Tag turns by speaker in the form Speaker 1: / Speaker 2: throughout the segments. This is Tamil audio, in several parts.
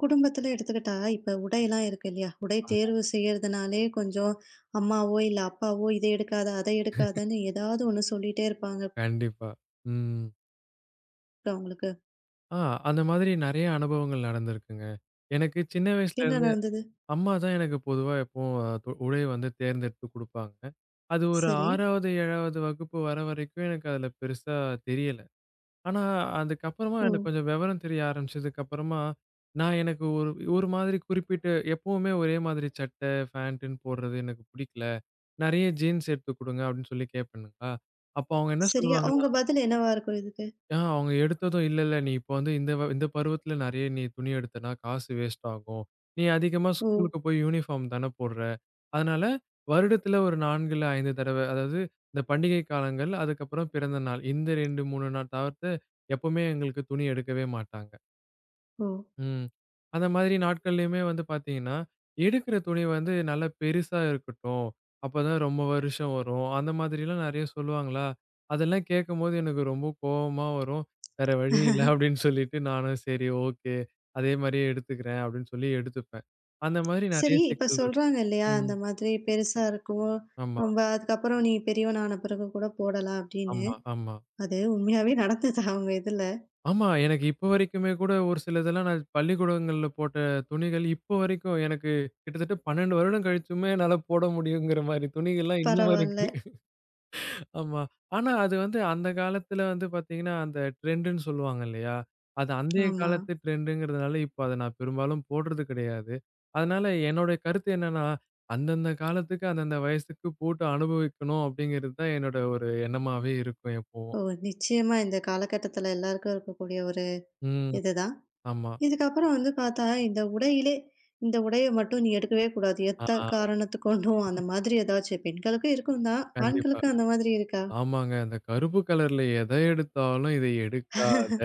Speaker 1: குடும்பத்துல எடுத்துக்கிட்டா, இப்ப உடையெல்லாம் இருக்கு இல்லையா? உடை
Speaker 2: ஆமா,
Speaker 1: தேர்வு செய்யறதுனாலே கொஞ்சம் அம்மாவோ, இல்ல அப்பாவோ, "இத எடுக்காத, அத எடுக்காதன்னு" ஏதாவது ஒண்ணு சொல்லிட்டே இருப்பாங்க
Speaker 2: கண்டிப்பா. ம்.
Speaker 1: அவங்களுக்கு.
Speaker 2: ஆ அந்த மாதிரி நெறைய அனுபவங்கள் நடந்திருக்குங்க. எனக்கு சின்ன வயசுல
Speaker 1: என்ன
Speaker 2: இருந்து
Speaker 1: நடந்தது?
Speaker 2: அம்மா தான் எனக்கு பொதுவா எப்பவும் து உடை வந்து தேர்ந்தெடுத்து குடுப்பாங்க. அது ஒரு
Speaker 1: சரி.
Speaker 2: 6வது, 7வது வகுப்பு வர வரைக்கும் எனக்கு அதுல பெருசா தெரியல. ஆனா அதுக்கப்புறமா
Speaker 1: ஓ!
Speaker 2: எனக்கு கொஞ்சம் விவரம் தெரிய ஆரம்பிச்சதுக்கு அப்புறமா, நான் எனக்கு ஒரு ஒரு மாதிரி குறிப்பிட்டு எப்பவுமே ஒரே மாதிரி சட்டை, ஃபேண்ட்டுன்னு போடுறது எனக்கு பிடிக்கல. நெறைய ஜீன்ஸ் எடுத்து குடுங்க அப்படின்னு சொல்லி கேட்பேனுங்களா, அப்போ அவங்க என்ன
Speaker 1: சரி.
Speaker 2: சொல்லுவாங்கன்னா
Speaker 1: அவங்க பதில் என்னவா இருக்கும் இதுக்கு?
Speaker 2: அவங்க எடுத்ததும், "இல்ல, இல்ல நீ இப்ப வந்து இந்த இந்த பருவத்துல நெறைய நீ துணி எடுத்தன்னா காசு வேஸ்ட் ஆகும். நீ அதிகமா
Speaker 1: ஓ!
Speaker 2: ஸ்கூலுக்கு போய் யூனிஃபார்ம் தானே போடுற. அதனால வருடத்துல ஒரு 4 இல்ல 5 தடவ, அதாவது இந்த பண்டிகை காலங்கள், அதுக்கப்புறம் பிறந்த நாள். இந்த 2, 3 நாள் தவிர்த்து எப்பவுமே எங்களுக்கு துணி எடுக்கவே மாட்டாங்க."
Speaker 1: ஓ!
Speaker 2: ம். அந்த மாதிரி நாட்கள்லயுமே வந்து பார்த்தீங்கன்னா, எடுக்கிற துணி வந்து நல்லா பெருசா இருக்கட்டும். அப்பதான் ரொம்ப வருஷம் வரும். அந்த மாதிரிலாம் நெறைய சொல்லுவாங்களா? அதெல்லாம் கேட்கும்போது எனக்கு ரொம்ப கோவமா வரும். வேற வழி இல்ல அப்படின்னு சொல்லிட்டு நானும் சரி ஓகே. அதே மாரியே எடுத்துக்கிறேன் அப்படின்னு சொல்லி எடுத்துப்பேன். அந்த மாதிரி
Speaker 1: சரி,
Speaker 2: நெறைய
Speaker 1: இப்ப
Speaker 2: சிக்கல் இருக்கு.
Speaker 1: சொல்றாங்க இல்லையா?
Speaker 2: ம்.
Speaker 1: அந்த மாதிரி பெருசா இருக்கும்.
Speaker 2: ஆமா,
Speaker 1: ரொம்ப அதுக்கப்புறம் நீ பெரியவன் ஆன பிறகு கூட போடலாம் அப்படின்னு.
Speaker 2: ஆமா, ஆமா.
Speaker 1: அது உண்மையாவே நடந்ததா அவங்க இதுல?
Speaker 2: ஆமா. எனக்கு இப்ப வரைக்குமே கூட ஒரு சிலதெல்லாம் நான் பள்ளிக்கூடங்கள்ல போட்ட துணிகள் இப்போ வரைக்கும் எனக்கு கிட்டத்தட்ட 12 வருடம் கழிச்சுமே என்னால போட முடியுங்கிற மாரி துணிகள்லாம் இன்னும்
Speaker 1: பரவால்ல.
Speaker 2: இருக்கு. ஆமா. ஆனா அது வந்து அந்த காலத்துல வந்து பாத்தீங்கன்னா, அந்த ட்ரெண்டுன்னு சொல்லுவாங்க இல்லையா? அது அந்தைய
Speaker 1: ஆமா.
Speaker 2: காலத்து ட்ரெண்டுங்கிறதுனால இப்ப அத நான் பெரும்பாலும் போடுறது கிடையாது. அதனால என்னோட கருத்து என்னன்னா, அந்தந்த காலத்துக்கு, அந்தந்த வயசுக்கு போட்டு அனுபவிக்கணும் அப்படிங்கிறது தான் என்னோட ஒரு எண்ணமாவே இருக்கும்
Speaker 1: ஓ!
Speaker 2: எப்பவும்.
Speaker 1: நிச்சயமா இந்த காலகட்டத்துல எல்லாருக்கும் இருக்கக்கூடிய ஒரு
Speaker 2: ம்.
Speaker 1: இதுதான்.
Speaker 2: ஆமா.
Speaker 1: இதுக்கப்புறம் வந்து பார்த்தா, இந்த உடையிலே இந்த உடைய மட்டும் நீ எடுக்கவே கூடாது.
Speaker 2: ஆ
Speaker 1: எத்த காரணத்துக் கொண்டும் அந்த மாதிரி ஏதாச்சும் பெண்களுக்கும் இருக்கும் தான்.
Speaker 2: கண்டிப்பா.
Speaker 1: ஆண்களுக்கு அந்த மாதிரி இருக்கா?
Speaker 2: ஆமாங்க. அந்த கருப்பு கலர்ல எத எடுத்தாலும் இத எடுக்காத.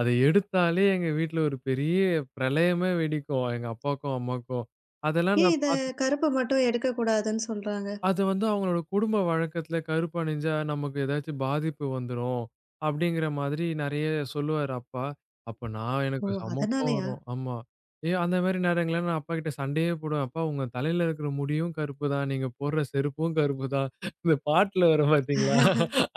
Speaker 2: அத எடுத்தாலே எங்க வீட்ல ஒரு பெரிய பிரளயமே வெடிக்கும். எங்க அப்பாக்கும், அம்மாக்கும். அதெல்லாம்
Speaker 1: ஏன்
Speaker 2: நான்
Speaker 1: இத
Speaker 2: பாத்து
Speaker 1: கருப்ப மட்டும் எடுக்கக்கூடாதுன்னு சொல்றாங்க?
Speaker 2: அது வந்து அவங்களோட குடும்ப வழக்கத்துல கருப்பு அணிஞ்சா நமக்கு ஏதாச்சும் பாதிப்பு வந்துரும். அப்படிங்கிற மாதிரி நெறைய சொல்லுவாரு அப்பா. அப்ப நான்
Speaker 1: ஓ!
Speaker 2: எனக்கு செம கோவம்
Speaker 1: அதனாலயா?
Speaker 2: வரும். ஆமா. ஏ அந்த மாரி நேரங்கள்ல நான் அப்பாகிட்ட சண்டையே போடுவேன். அப்பா உங்க தலையில இருக்கிற முடியும் கருப்பு தான். நீங்க போடுற செருப்பும் கருப்பு தான். இந்த பாட்டுல வரும் பார்த்தீங்களா?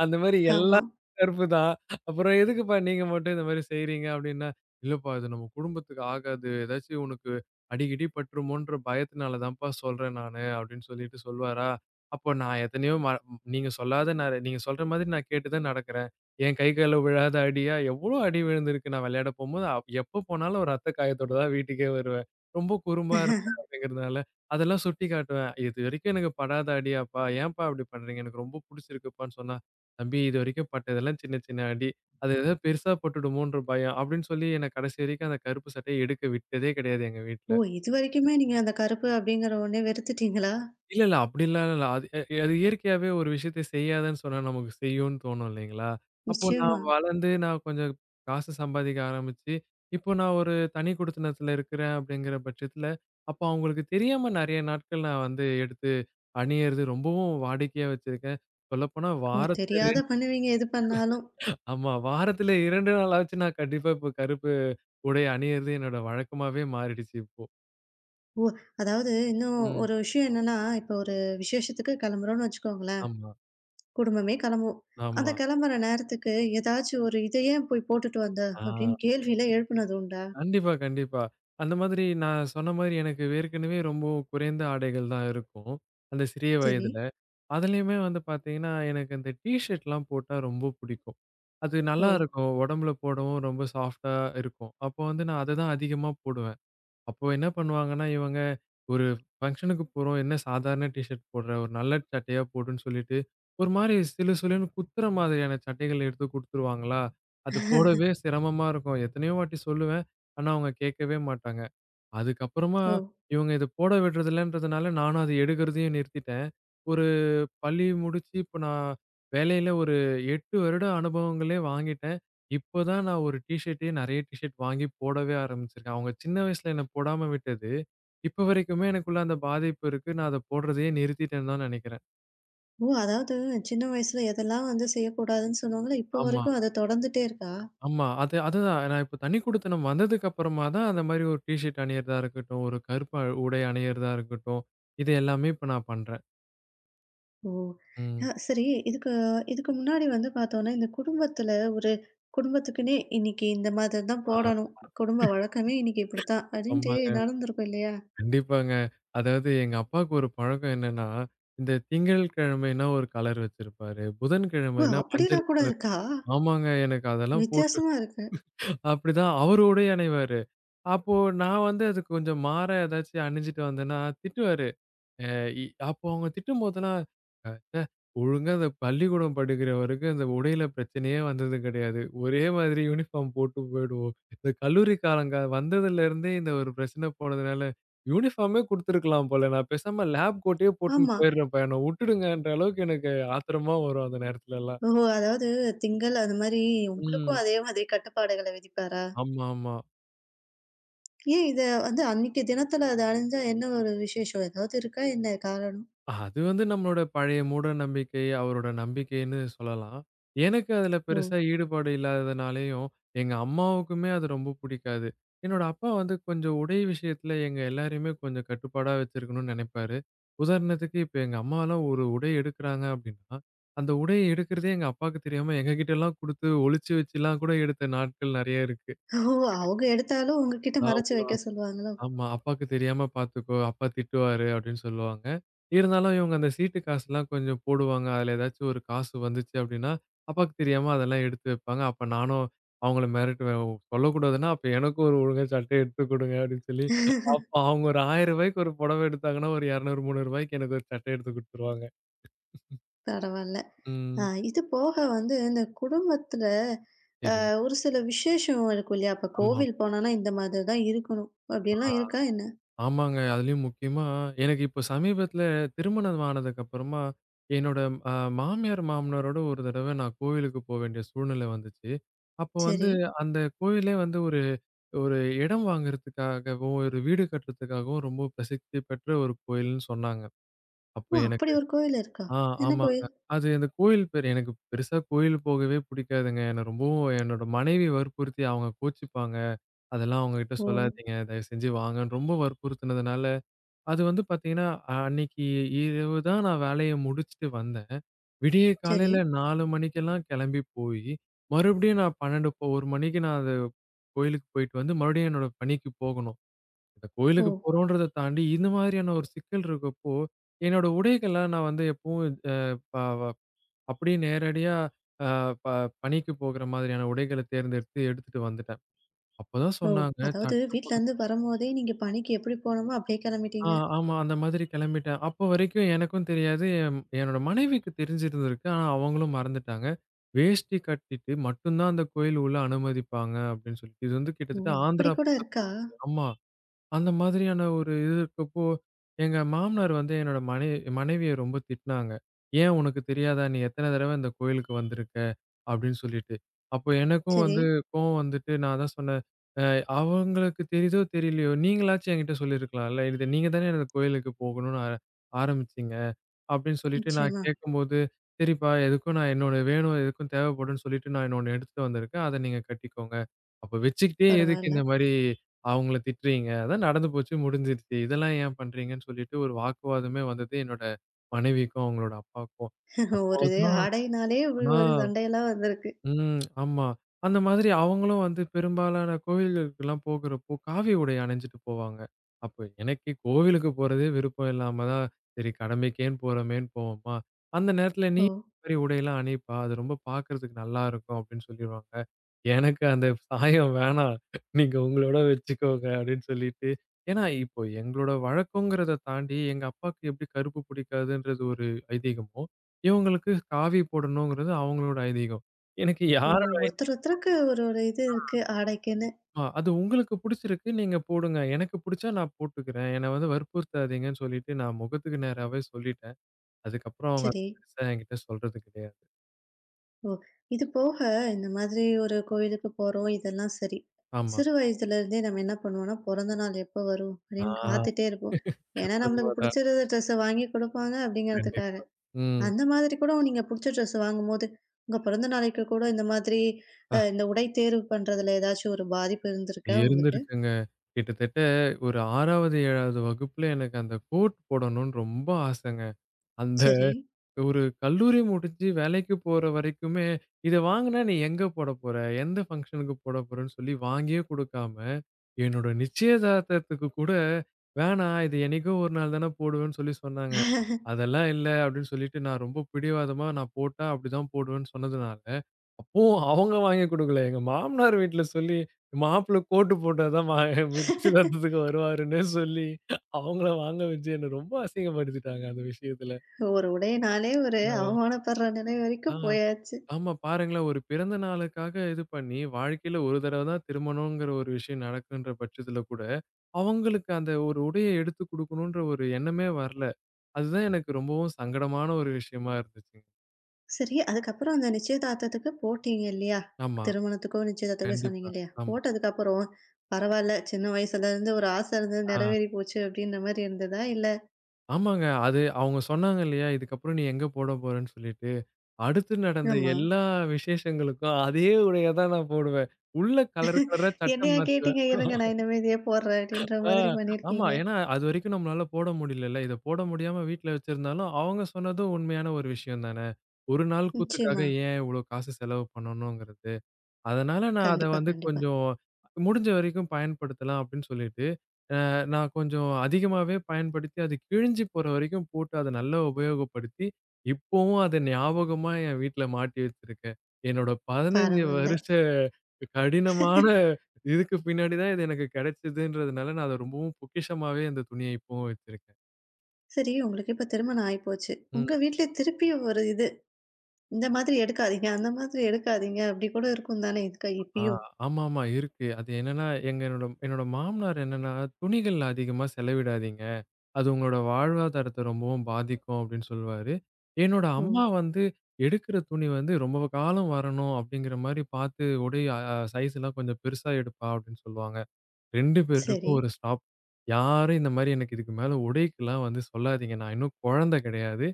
Speaker 2: அந்த மாரி
Speaker 1: ஆமா.
Speaker 2: எல்லாம் கருப்பு தான். அப்புறம் எதுக்குப்பா நீங்க மட்டும் இந்த மாரி செய்றீங்க? அப்படின்னா, இல்லப்பா இது நம்ம குடும்பத்துக்கு ஆகாது. ஏதாச்சும் உனக்கு அடிகிடி பட்டுருமோன்ற பயத்தினால தான்ப்பா சொல்றேன் நானு அப்படின்னு சொல்லிட்டு சொல்வாரா. அப்போ நான் எத்தனையோ நீங்க சொல்லாத நான் நீங்க சொல்ற மாதிரி நான் கேட்டு தான் நடக்கிறேன். என் கை, கால்ல விழாத அடியா, எவ்ளோ அடி விழுந்திருக்கு நான் விளையாட போம்போது. எப்ப போனாலும் ஒரு ரத்த காயத்தோட தான் வீட்டுக்கே வருவேன். ரொம்ப குறும்பா இருப்பேன் அப்படிங்கிறதுனால, அதெல்லாம் சுட்டி காட்டுவேன். "இதுவரைக்கும் எனக்கு படாத அடியாப்பா, ஏன்ப்பா அப்படி பண்றீங்க? எனக்கு ரொம்ப புடிச்சிருக்குப்பான்னு" சொன்னா, "தம்பி இதுவரைக்கும் பட்டதெல்லாம் சின்ன சின்ன அடி. அது ஏதாவது பெருசா பட்டுடுமோன்ற பயம்" அப்படின்னு சொல்லி என்ன கடைசி வரைக்கும் அந்த கருப்பு சட்டைய எடுக்க விட்டதே கிடையாது எங்க வீட்ல.
Speaker 1: ஓ! இதுவரைக்குமே நீங்க அந்த கருப்பு அப்படிங்கிற ஒண்ணே வெறுத்துட்டீங்களா?
Speaker 2: இல்ல, இல்ல. அப்படிலாம் இல்ல. அது அது இயற்கையாவே ஒரு விஷயத்த செய்யாதன்னு சொன்னா நமக்கு செய்யும்ன்னு தோணும் இல்லைங்களா? அப்போ
Speaker 1: நிச்சயமா.
Speaker 2: நான் வளர்ந்து நான் கொஞ்சம் காசு சம்பாதிக்க ஆரம்பிச்சு, இப்போ நான் ஒரு தனி குடித்தனத்துல இருக்கிறேன் அப்படிங்கிற பட்சத்துல, அப்போ அவங்களுக்கு தெரியாம நெறைய நாட்கள் நான் வந்து எடுத்து அணியறது ரொம்பவும் வாடிக்கையா வச்சிருக்கேன். சொல்லப்போனா
Speaker 1: ஓ!
Speaker 2: வாரத்துல
Speaker 1: தெரியாத பண்ணுவீங்க எது பண்ணாலும்.
Speaker 2: ஆமா. வாரத்துல 2 நாளாச்சு நான் கண்டிப்பா இப்போ கருப்பு உடை அணியறது என்னோட வழக்கமாவே மாறிடுச்சு இப்போ.
Speaker 1: ஓ! அதாவது இன்னும்
Speaker 2: ம்.
Speaker 1: ஒரு விஷயம் என்னன்னா, இப்போ ஒரு விசேஷத்துக்கு கிளம்புறோம்னு வச்சுக்கோங்களேன்.
Speaker 2: ஆமா,
Speaker 1: குடும்பமே கிளம்பும். அந்த
Speaker 2: ஆமா.
Speaker 1: கிளம்புற நேரத்துக்கு ஏதாச்சும் ஒரு "இத ஏன் போய் போட்டுட்டு வந்த?"
Speaker 2: ஆ.
Speaker 1: அப்படின்னு கேள்வியில எழுப்புனது உண்டா?
Speaker 2: கண்டிப்பா, கண்டிப்பா. அந்த மாதிரி நான் சொன்ன மாரி எனக்கு ஏற்கனவே ரொம்ப குறைந்த ஆடைகள் தான் இருக்கும். அந்த சிறிய
Speaker 1: சரி.
Speaker 2: வயதில. அதுலயுமே வந்து பார்த்தீங்கன்னா, எனக்கு இந்த டீ ஷர்ட்லாம் போட்டா ரொம்ப புடிக்கும். அது
Speaker 1: ஓ!
Speaker 2: நல்லாருக்கும். உடம்புல போடவும் ரொம்ப சாஃப்ட்டா இருக்கும். அப்போ வந்து நான் அத தான் அதிகமா போடுவேன். அப்போ என்ன பண்ணுவாங்கன்னா, இவங்க ஒரு ஃபங்ஷனுக்கு போறோம். என்ன சாதாரண டீ ஷர்ட் போடுற, ஒரு நல்ல சட்டையா போடுன்னு சொல்லிட்டு, ஒரு மாரி சிலு சிலுன்னு குத்துற மாதிரியான சட்டைகள் எடுத்து குடுத்துருவாங்களா, அது போடவே சிரமமா இருக்கும். எத்தனையோ வாட்டி சொல்லுவேன். ஆனா அவங்க கேட்கவே மாட்டாங்க. அதுக்கப்புறமா
Speaker 1: ஓ!
Speaker 2: இவங்க இத போட விடுறதில்லன்றதுனால, நானும் அத எடுக்கிறதையும் நிறுத்திட்டேன். ஒரு பள்ளி முடிச்சு இப்ப நான் வேலையில ஒரு 8 வருட அனுபவங்களே வாங்கிட்டேன். இப்ப தான் நான் ஒரு டீ ஷர்ட்டே நெறைய டீ ஷர்ட் வாங்கி போடவே ஆரம்பிச்சிருக்கேன். அவங்க சின்ன வயசுல என்ன போடாம விட்டது, இப்ப வரைக்குமே எனக்குள்ள அந்த பாதிப்பு இருக்கு. நான் அத போடுறதையே நிறுத்திட்டேன்னு தான் நெனைக்கிறேன்.
Speaker 1: ஓ! அதாவது சின்ன வயசுல எதெல்லாம் வந்து செய்யக்கூடாதுன்னு சொன்னாங்களோ, இப்போ
Speaker 2: ஆமா,
Speaker 1: வரைக்கும் அது தொடர்ந்துட்டே இருக்கா?
Speaker 2: ஆமா. அது அதுதான். நான் இப்ப தனிக்குடித்தனம் வந்ததுக்கு அப்புறமா தான் அந்த மாரி ஒரு டீ ஷர்ட் அணியிறதா இருக்கட்டும், ஒரு கருப்பு உடை அணியிறதா இருக்கட்டும், இது எல்லாமே இப்ப நான் பண்றேன்.
Speaker 1: ஓ!
Speaker 2: ம்.
Speaker 1: சரி இதுக்கு இதுக்கு முன்னாடி வந்து பார்த்தோம்னா, இந்த குடும்பத்துல ஒரு குடும்பத்துக்குன்னே இன்னைக்கு இந்த மாதிரி தான்
Speaker 2: ஆ.
Speaker 1: போடணும். குடும்ப வழக்கமே இன்னைக்கு இப்படித்தான். அப்படின்ட்டு
Speaker 2: ஆமாங்க.
Speaker 1: நடந்திருக்கும் இல்லையா?
Speaker 2: கண்டிப்பாங்க. அதாவது எங்க அப்பாவுக்கு ஒரு பழக்கம் என்னன்னா, இந்த திங்கள் கிழமைனா ஒரு கலர் வச்சிருப்பாரு.
Speaker 1: ஓ!
Speaker 2: புதன்கிழமைனா மஞ்சள்
Speaker 1: அப்படிலாம் கூட
Speaker 2: கலர்.
Speaker 1: இருக்கா?
Speaker 2: ஆமாங்க. எனக்கு அதெல்லாம் போட்டு
Speaker 1: வித்தியாசமா இருக்கு.
Speaker 2: அப்படிதான் அவரு உடை அணிவாரு. அப்போ நான் வந்து அது கொஞ்சம் மாறா ஏதாச்சும் அணிஞ்சுட்டு வந்தேன்னா திட்டுவாரு. அ இ அப்போ அவங்க திட்டும்போதெல்லாம் அ ஒழுங்கா அந்த பள்ளிக்கூடம் படிக்கிற வரைக்கும் அந்த உடையில பிரச்சனையே வந்தது கிடையாது. ஒரே மாதிரி யூனிஃபார்ம் போட்டு போயிடுவோம். இந்த கல்லூரி காலங்க வந்ததுலேருந்தே இந்த ஒரு பிரச்சனை போனதுனால, யூனிஃபார்மே குடுத்துருக்கலாம் போல. நான் பேசாம லேப் கோட்டயே போட்டுன்னு
Speaker 1: ஆமா.
Speaker 2: போயிடுறேன்ப்பா. என்ன வுட்டுடுங்கன்ற அளவுக்கு எனக்கு ஆத்திரமா வரும் அந்த நேரத்துலலாம்.
Speaker 1: ஓஹோ! அதாவது திங்கள் அது மாரி உங்களுக்கும்
Speaker 2: ம்.
Speaker 1: அதே மாதிரி கட்டுப்பாடுகள விதிப்பாரா?
Speaker 2: ஆமாமா.
Speaker 1: ஏன் இத வந்து அன்னைக்கு தினத்துல அது அணிஞ்சா என்ன ஒரு விசேஷம்? ஏதாவது இருக்கா என்ன காரணம்?
Speaker 2: அது வந்து நம்மளோட பழைய மூட நம்பிக்கை, அவரோட நம்பிக்கைன்னு சொல்லலாம். எனக்கு அதுல
Speaker 1: ஓ!
Speaker 2: பெருசா ஈடுபாடு இல்லாததுனாலயும், எங்க அம்மாவுக்குமே அது ரொம்ப புடிக்காது. என்னோட அப்பா வந்து கொஞ்சம் உடை விஷயத்துல எங்க எல்லாரையுமே கொஞ்சம் கட்டுப்பாடா வச்சிருக்கணும்னு நெனைப்பாரு. உதாரணத்துக்கு இப்ப எங்க அம்மாலாம் ஒரு உடை எடுக்குறாங்க அப்டின்னா, அந்த உடைய எடுக்குறதே எங்க அப்பாவுக்கு தெரியாம எங்ககிட்டலாம் குடுத்து ஒளிச்சு வச்சுலாம் கூட எடுத்த நாட்கள் நெறைய இருக்கு.
Speaker 1: ஓ! அவங்க எடுத்தாலும் உங்ககிட்ட மறைச்சு வைக்க சொல்லுவாங்களோ?
Speaker 2: ஆமா. அப்பாக்கு தெரியாம பார்த்துக்கோ, அப்பா திட்டுவாரு அப்படின்னு சொல்லுவாங்க. இருந்தாலும் இவங்க அந்த சீட்டு காசுலாம் கொஞ்சம் போடுவாங்க. அதுல ஏதாச்சும் ஒரு காசு வந்துச்சு அப்படின்னா, அப்பாக்கு தெரியாம அதெல்லாம் எடுத்து வைப்பாங்க. அப்ப நானும் அவங்கள மிரட்டுவேன். "ஓ, சொல்லக்கூடாதுன்னா, அப்ப எனக்கும் ஒரு ஒழுங்கா சட்டை எடுத்து கொடுங்க அப்படின்னு சொல்லி, அப்ப அவங்க ஒரு ரூ. 1000க்கு ஒரு புடவை எடுத்தாங்கன்னா, ஒரு 200, ரூ. 300க்கு எனக்கு ஒரு சட்டை எடுத்து குடுத்துருவாங்க.
Speaker 1: பரவால்ல. அ
Speaker 2: ம்.
Speaker 1: இது போக வந்து இந்த குடும்பத்துல
Speaker 2: சரிங்க.
Speaker 1: ஒரு சில விசேஷம் இருக்கும் இல்லையா? அப்ப
Speaker 2: ஆமாமா.
Speaker 1: கோவில் போனோம்னா இந்த மாதிரி தான் இருக்கணும். அப்படிலாம்
Speaker 2: ஆ.
Speaker 1: இருக்கா என்ன?
Speaker 2: ஆமாங்க. அதுலயும் முக்கியமா, எனக்கு இப்ப சமீபத்தில திருமணம் ஆனதுக்கப்புறமா, என்னோட அ மாமியார், மாமனாரோட ஒரு தடவ நான் கோவிலுக்கு போ வேண்டிய சூழ்நிலை வந்துச்சு. அப்போ வந்து
Speaker 1: சரி.
Speaker 2: அந்த கோயிலே வந்து ஒரு ஒரு இடம் வாங்குறதுக்காகவும், ஒரு வீடு கட்டுறதுக்காகவும் ரொம்ப பிரசித்தி பெற்ற ஒரு கோயில்ன்னு சொன்னாங்க. அப்போ
Speaker 1: ஓ! அப்படி
Speaker 2: எனக்கு
Speaker 1: ஒரு கோயில் இருக்கா?
Speaker 2: ஆ
Speaker 1: என்ன
Speaker 2: ஆமாங்க.
Speaker 1: கோயில்?
Speaker 2: அது அந்த கோயில் பேரு எனக்கு பெருசா கோயில் போகவே பிடிக்காதுங்க. என்ன ரொம்பவும் என்னோட மனைவி வற்புறுத்தி அவங்க கோச்சிப்பாங்க. அதெல்லாம் அவங்ககிட்ட
Speaker 1: ஓ!
Speaker 2: சொல்லாதீங்க. தயவு செஞ்சு வாங்கன்னு ரொம்ப வற்புறுத்தினதுனால, அது வந்து பார்த்தீங்கன்னா, அன்னைக்கு இரவு தான் நான் வேலைய முடிச்சுட்டு வந்தேன். விடிய
Speaker 1: சரி.
Speaker 2: காலையில 4 மணிக்கெல்லாம் கிளம்பி போயி, மறுபடியும் நான் 12 இப்போ 1 மணிக்கு நான் அது கோயிலுக்கு போயிட்டு வந்து, மறுபடியும் என்னோட பணிக்கு போகணும். இந்த
Speaker 1: ஓ.
Speaker 2: கோயிலுக்கு போறோன்றத தாண்டி, இந்த மாதிரியான ஒரு சிக்கல் இருக்கப்போ, என்னோட உடைகள நான் வந்து எப்பவும் அ ப வ அப்படியே நேரடியா அ ப பணிக்கு போகிற மாதிரியான உடைகள தேர்ந்தெடுத்து எடுத்துட்டு வந்துட்டேன். அப்பதான்
Speaker 1: ஓ!
Speaker 2: சொன்னாங்க,
Speaker 1: அதாவது
Speaker 2: "சட்ட போட"
Speaker 1: வீட்லருந்து வரும்போதே நீங்க பணிக்கு எப்படி போணுமோ அப்படியே
Speaker 2: ஆ,
Speaker 1: கிளம்பிட்டீங்க.
Speaker 2: ஆமா. அந்த மாதிரி கிளம்பிட்டேன். அப்போ வரைக்கும் எனக்கும் தெரியாது. என்னோட மனைவிக்கு தெரிஞ்சிருந்திருக்கு. ஆனா அவங்களும் மறந்துட்டாங்க. வேஷ்டி கட்டிட்டு மட்டும் தான் அந்த கோயில் உள்ள அனுமதிப்பாங்க அப்படின்னு சொல்லிட்டு. இது வந்து
Speaker 1: ஓ!
Speaker 2: கிட்டத்தட்ட
Speaker 1: அப்படி
Speaker 2: ஆந்திரா
Speaker 1: கூட இருக்கா?
Speaker 2: பக்கத்துல இருக்கு. ஆமா. அந்த மாதிரியான ஒரு இது இருக்கப்போ, எங்க மாமனார் வந்து என்னோட மனைவிய ரொம்ப திட்டினாங்க. "ஏன் உனக்கு தெரியாதா? நீ எத்தனை தடவ இந்த கோயிலுக்கு வந்திருக்க?" அப்படின்னு சொல்லிட்டு. அப்போ எனக்கும்
Speaker 1: சரி.
Speaker 2: வந்து கோவம் வந்துட்டு நான் அதான் சொன்னேன், "அ அவங்களுக்கு தெரியுதோ தெரியலையோ, நீங்களாச்சும் என்கிட்ட சொல்லியிருக்கலாம்ல. இத நீங்க தானே என்ன கோயிலுக்கு போகணும்னு ஆரம்பிச்சீங்க." அப்படின்னு சொல்லிட்டு நான்
Speaker 1: நிச்சயமா.
Speaker 2: கேட்கும்போது, "சரிப்பா, எதுக்கும் நான் என்னோட வேணும், எதுக்கும் தேவைப்படும்ன்னு சொல்லிட்டு நான் இன்னொன்னு எடுத்துட்டு வந்திருக்கேன். அத நீங்க கட்டிக்கோங்க. அப்ப வச்சுக்கிட்டே எதுக்கு
Speaker 1: பரவால்ல.
Speaker 2: இந்த மாரி அவங்கள திட்டுறீங்க? அதான் நடந்து போச்சு, முடிஞ்சிருச்சு. இதெல்லாம் ஏன் பண்றீங்கன்னு?" சொல்லிட்டு ஒரு வாக்குவாதமே வந்தது என்னோட மனைவிக்கும், அவங்களோட அப்பாவுக்கும். அப்ப
Speaker 1: ஒரு
Speaker 2: தான்
Speaker 1: ஆடைனாலே இப்படி
Speaker 2: ஆ.
Speaker 1: ஒரு சண்டையெல்லாம் வந்திருக்கு.
Speaker 2: ம். ஆமா. அந்த மாதிரி அவங்களும் வந்து பெரும்பாலான கோயில்களுக்கெல்லாம் போகுறப்போ, காவி உடை அணிஞ்சுட்டு போவாங்க. அப்ப எனக்கு கோவிலுக்கு போறதே விருப்பம் இல்லாம தான், சரி கடமைக்கேன்னு போறோமேன்னு போவோமா, அந்த நேரத்துல நீ
Speaker 1: ஓ!
Speaker 2: இந்த மாரி உடையெல்லாம் அணிப்பா, அது ரொம்ப பாக்குறதுக்கு நல்லாருக்கும் அப்படின்னு சொல்லிருவாங்க. எனக்கு அந்த சாயம் வேணாம். நீங்க உங்களோட வச்சுக்கோங்க அப்படின்னு சொல்லிட்டு ஏன்னா இப்போ எங்களோட வழக்கங்கிறத தாண்டி எங்க அப்பாவுக்கு எப்படி கருப்பு பிடிக்காதுன்றது ஒரு ஐதீகமோ, இவங்களுக்கு காவி போடணுங்கிறது அவங்களோட ஐதீகம். எனக்கு
Speaker 1: ஓ!
Speaker 2: யாரோட ஐடியா
Speaker 1: ஒருத்தர் ஒருத்தருக்கு ஒரு ஒரு இது இருக்கு ஆடைக்குன்னு.
Speaker 2: அது உங்களுக்கு புடிச்சிருக்கு, நீங்க போடுங்க. எனக்கு புடிச்சா நான் போட்டுக்கிறேன். என்ன வந்து வற்புறுத்தாதீங்கன்னு சொல்லிட்டு, நான் முகத்துக்கு நேராவே சொல்லிட்டேன். அதுக்கப்புறம் அவங்க அத
Speaker 1: சரி.
Speaker 2: பெருசா என்கிட்ட சொல்றது கிடையாது.
Speaker 1: ஓ! இது போக இந்த மாதிரி ஒரு கோயிலுக்கு போறோம் இதெல்லாம் சரி.
Speaker 2: ஆமா.
Speaker 1: சிறு வயதிலருந்தே நம்ம என்ன பண்ணுவோம்னா, பிறந்த நாள் எப்போ வரும் அப்படின்னு
Speaker 2: ஆ
Speaker 1: காத்துட்டே இருப்போம். ஏன்னா நம்மளுக்கு
Speaker 2: உண்மதான்.
Speaker 1: பிடிச்சிருந்த ட்ரெஸ்ஸ வாங்கி குடுப்பாங்க அப்படிங்கிறதுக்காக.
Speaker 2: கண்டிப்பா. ம்.
Speaker 1: அந்த மாதிரி கூட நீங்க புடிச்ச ட்ரெஸ் வாங்கும்போது, உங்க பிறந்த நாளைக்கு கூட இந்த மாதிரி
Speaker 2: அ
Speaker 1: இந்த உடை தேர்வு பண்றதுல ஏதாச்சும் ஒரு பாதிப்பு இருந்திருக்கா உங்களுக்கு?
Speaker 2: இருந்திருக்குங்க. கிட்டத்தட்ட ஒரு 6வது, 7வது வகுப்புல எனக்கு அந்த கோட் போடணும்னு ரொம்ப ஆசைங்க. அந்த
Speaker 1: சரி.
Speaker 2: ஒரு கல்லூரி முடிஞ்சு வேலைக்கு போற வரைக்குமே, "இத வாங்குனா நீ எங்க போடப்போற? எந்த ஃபங்ஷனுக்கு போடப்போறன்னு?" சொல்லி வாங்கியே குடுக்காம என்னோட நிச்சயதார்த்தத்துக்கு கூட, "வேணாம் இது என்னைக்கோ ஒரு நாள் தானே போடுவேன்னு" சொல்லி சொன்னாங்க. "அதெல்லாம் இல்ல" அப்படின்னு சொல்லிட்டு நான் ரொம்ப பிடிவாதமா நான் போட்டா அப்படிதான் போடுவேன்னு சொன்னதுனால, அப்பவும் அவங்க வாங்கி குடுக்கல. எங்க மாமனார் வீட்ல சொல்லி, "மாப்பிளை கோட்டு போட்டா தான் வா நிச்சயதார்த்தத்துக்கு வருவாருன்னே" சொல்லி அவங்கள வாங்க வச்சு என்ன ரொம்ப அசிங்கப்படுத்திட்டாங்க அந்த விஷயத்துல.
Speaker 1: ஒரு உடையினாலே ஒரு
Speaker 2: அ.
Speaker 1: அவமானப்படுற நிலை
Speaker 2: ஆ,
Speaker 1: வரைக்கும் போயாச்சு.
Speaker 2: ஆமா பாருங்களேன் ஒரு பிறந்த நாளுக்காக இது பண்ணி, வாழ்க்கையில ஒரு தடவ தான் திருமணம்ங்கிற ஒரு விஷயம் நடக்குன்ற பட்சத்துல கூட அவங்களுக்கு அந்த ஒரு உடைய எடுத்து குடுக்கணுன்ற ஒரு எண்ணமே வரல. அதுதான் எனக்கு ரொம்பவும் சங்கடமான ஒரு விஷயமா இருந்துச்சுங்க.
Speaker 1: சரி, அதுக்கப்புறம் அந்த நிச்சயதார்த்தத்துக்கு போட்டீங்க இல்லையா?
Speaker 2: ஆமா.
Speaker 1: திருமணத்துக்கோ, நிச்சயதார்த்தத்துக்கோ சொன்னீங்க
Speaker 2: கண்டிப்பா.
Speaker 1: இல்லையா?
Speaker 2: ஆமா.
Speaker 1: போட்டதுக்கப்புறம், பரவால்ல சின்ன வயசுலேருந்து ஒரு ஆசை இருந்தது
Speaker 2: ஆ.
Speaker 1: நிறைவேறி போச்சு அப்படின்ற மாரி இருந்ததா? இல்ல
Speaker 2: ஆமாங்க. அது அவங்க சொன்னாங்க இல்லையா, இதுக்கப்புறம் நீ எங்க போட போறன்னு சொல்லிட்டு. அடுத்து நடந்த
Speaker 1: ஆமா.
Speaker 2: எல்லா விசேஷங்களுக்கும் அதே உடைய தான் நான் போடுவேன். உள்ள கலர் கலரா சட்டை
Speaker 1: என்னையா
Speaker 2: மாத்துவேன்.
Speaker 1: கேட்டீங்க? இருங்க நான் இனிமே இதே போடுறேன் அப்படின்ற
Speaker 2: ஆ.
Speaker 1: மாதிரி
Speaker 2: ஆமா.
Speaker 1: பண்ணியிருக்கீங்க.
Speaker 2: ஏன்னா அதுவரைக்கும் நம்மளால போட முடியலல்ல. இத போட முடியாம வீட்ல வச்சிருந்தாலும், அவங்க சொன்னதும் உண்மையான ஒரு விஷயம் தானே. ஒரு நாள் கூத்துக்காக
Speaker 1: நிச்சயமா.
Speaker 2: ஏன் இவ்ளோ காசு செலவு பண்ணணுங்கிறது. அதனால நான் அத
Speaker 1: கண்டிப்பா,
Speaker 2: வந்து
Speaker 1: கண்டிப்பா.
Speaker 2: கொஞ்சம் முடிஞ்ச வரைக்கும் பயன்படுத்தலாம் அப்படின்னு சொல்லிட்டு, அ நான் கொஞ்சம் அதிகமாவே பயன்படுத்தி, அது கிழிஞ்சு போற வரைக்கும் போட்டு அத நல்லா உபயோகப்படுத்தி, இப்பவும் அத ஞாபகமா என் வீட்ல மாட்டி வச்சிருக்கேன். என்னோட 15
Speaker 1: பரவால்ல.
Speaker 2: வருஷ கடினமான இதுக்கு பின்னாடி தான் இது எனக்கு கிடைச்சதுன்றதுனால, நான் அத ரொம்பவும் பொக்கிஷமாவே அந்த துணிய இப்பவும் வச்சிருக்கேன்.
Speaker 1: சரி உங்களுக்கு இப்ப திருமணம் ஆயிப்போச்சு.
Speaker 2: ம்.
Speaker 1: உங்க வீட்ல திருப்பியும் ஒரு இது, இந்த மாதிரி எடுக்காதீங்க, அந்த மாதிரி எடுக்காதீங்க அப்படி கூட இருக்கும் தானே இதுக்கா
Speaker 2: ஆ
Speaker 1: இப்பயும்?
Speaker 2: ஆமாமா இருக்கு. அது என்னன்னா, எங்க என்னோட என்னோட மாமனார் என்னன்னா, துணிகள்ல அதிகமா செலவிடாதீங்க. அது உங்களோட வாழ்வாதாரத்த ரொம்பவும் பாதிக்கும் அப்படின்னு சொல்லுவாரு. என்னோட
Speaker 1: ம்.
Speaker 2: அம்மா வந்து எடுக்கிற துணி வந்து ரொம்ப காலம் வரணும் அப்படிங்கிற மாரி பார்த்து உடை சைஸ் எல்லாம் கொஞ்சம் பெருசா எடுப்பா அப்படின்னு சொல்லுவாங்க. 2
Speaker 1: சரி.
Speaker 2: பேருக்கும் ஒரு ஸ்டாப். யாரும் இந்த மாரி எனக்கு இதுக்கு மேல உடைக்கலாம் வந்து சொல்லாதீங்க. நான் இன்னும் குழந்தை கிடையாது.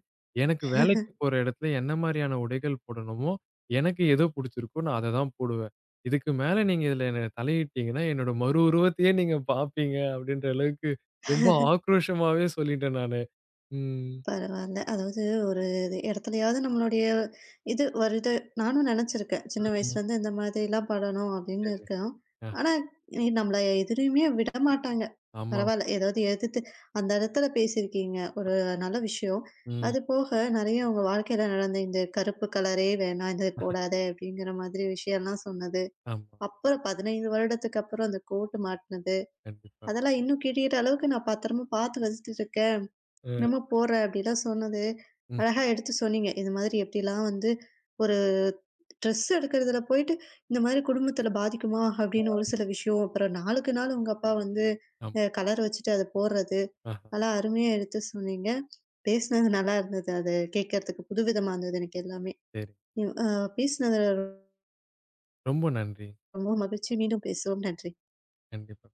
Speaker 2: எனக்கு வேலைக்கு போற இடத்துல என்ன மாரியான உடைகள் போடணுமோ, எனக்கு எது புடிச்சிருக்கோ நான் அத தான் போடுவேன். இதுக்கு மேல நீங்க இதுல என்ன தலையிட்டீங்கன்னா, என்னோட மறு உருவத்தையே நீங்க பார்ப்பீங்க அப்டின்ற அளவுக்கு ரொம்ப ஆக்ரோஷமாவே சொல்லிட்டேன் நானு. ம்.
Speaker 1: பரவால்ல. அதாவது ஒரு இது இடத்துலயாவது நம்மளுடைய இது வருது. நானும் நெனச்சிருக்கேன். சின்ன
Speaker 2: ம்ஹ்ம்.
Speaker 1: வயசுலேருந்து இந்த மாதிரிலாம் படணும் அப்படின்னு
Speaker 2: சரி.
Speaker 1: இருக்கேன்.
Speaker 2: அ
Speaker 1: ஆனா, நம்மள எதுலயுமே விடமாட்டாங்க.
Speaker 2: ஆமா.
Speaker 1: பரவால்ல. ஏதாவது எதிர்த்து அந்த இடத்துல பேசியிருக்கீங்க. ஒரு நல்ல விஷயம்.
Speaker 2: ம்.
Speaker 1: அது போக நெறைய உங்க வாழ்க்கையில நடந்த இந்த கருப்பு கலரே வேணாம், இது போடாத அப்படிங்கிற மாதிரி விஷயம்லாம் சொன்னது.
Speaker 2: ஆமா.
Speaker 1: அப்புறம் 15 வருடத்துக்கு அப்புறம் அந்த கோட் மாட்டுனது.
Speaker 2: கண்டிப்பா.
Speaker 1: அதெல்லாம் இன்னும் கிழியிற அளவுக்கு நான் பத்திரமா பார்த்து வச்சுட்டு இருக்கேன்.
Speaker 2: ம்.
Speaker 1: நம்ம போறேன் அப்படிலாம் சொன்னது,
Speaker 2: ம்.
Speaker 1: அழகா எடுத்து சொன்னீங்க. இது மாதிரி எப்படிலாம் வந்து ஒரு ட்ரெஸ் எடுக்கிறதுல போயிட்டு, இந்த மாதிரி குடும்பத்தில பாதிக்குமா? அப்படின்னு
Speaker 2: ஆ.
Speaker 1: ஒரு சில விஷயம். அப்புறம் நாளுக்கு நாள் உங்க அப்பா வந்து
Speaker 2: ஆமா.
Speaker 1: கலர் வச்சுட்டு அத போடுறது.
Speaker 2: ஆஹா.
Speaker 1: நல்லா அருமையா எடுத்து சொன்னீங்க. பேசினது நல்லா இருந்தது. அது கேட்கறதுக்கு புதுவிதமா இருந்தது எனக்கு எல்லாமே.
Speaker 2: சரி.
Speaker 1: ம் அ பேசினது
Speaker 2: ரொம்ப நன்றி.
Speaker 1: ரொம்ப மகிழ்ச்சி. மீண்டும் பேசுவோம். நன்றி.
Speaker 2: கண்டிப்பா.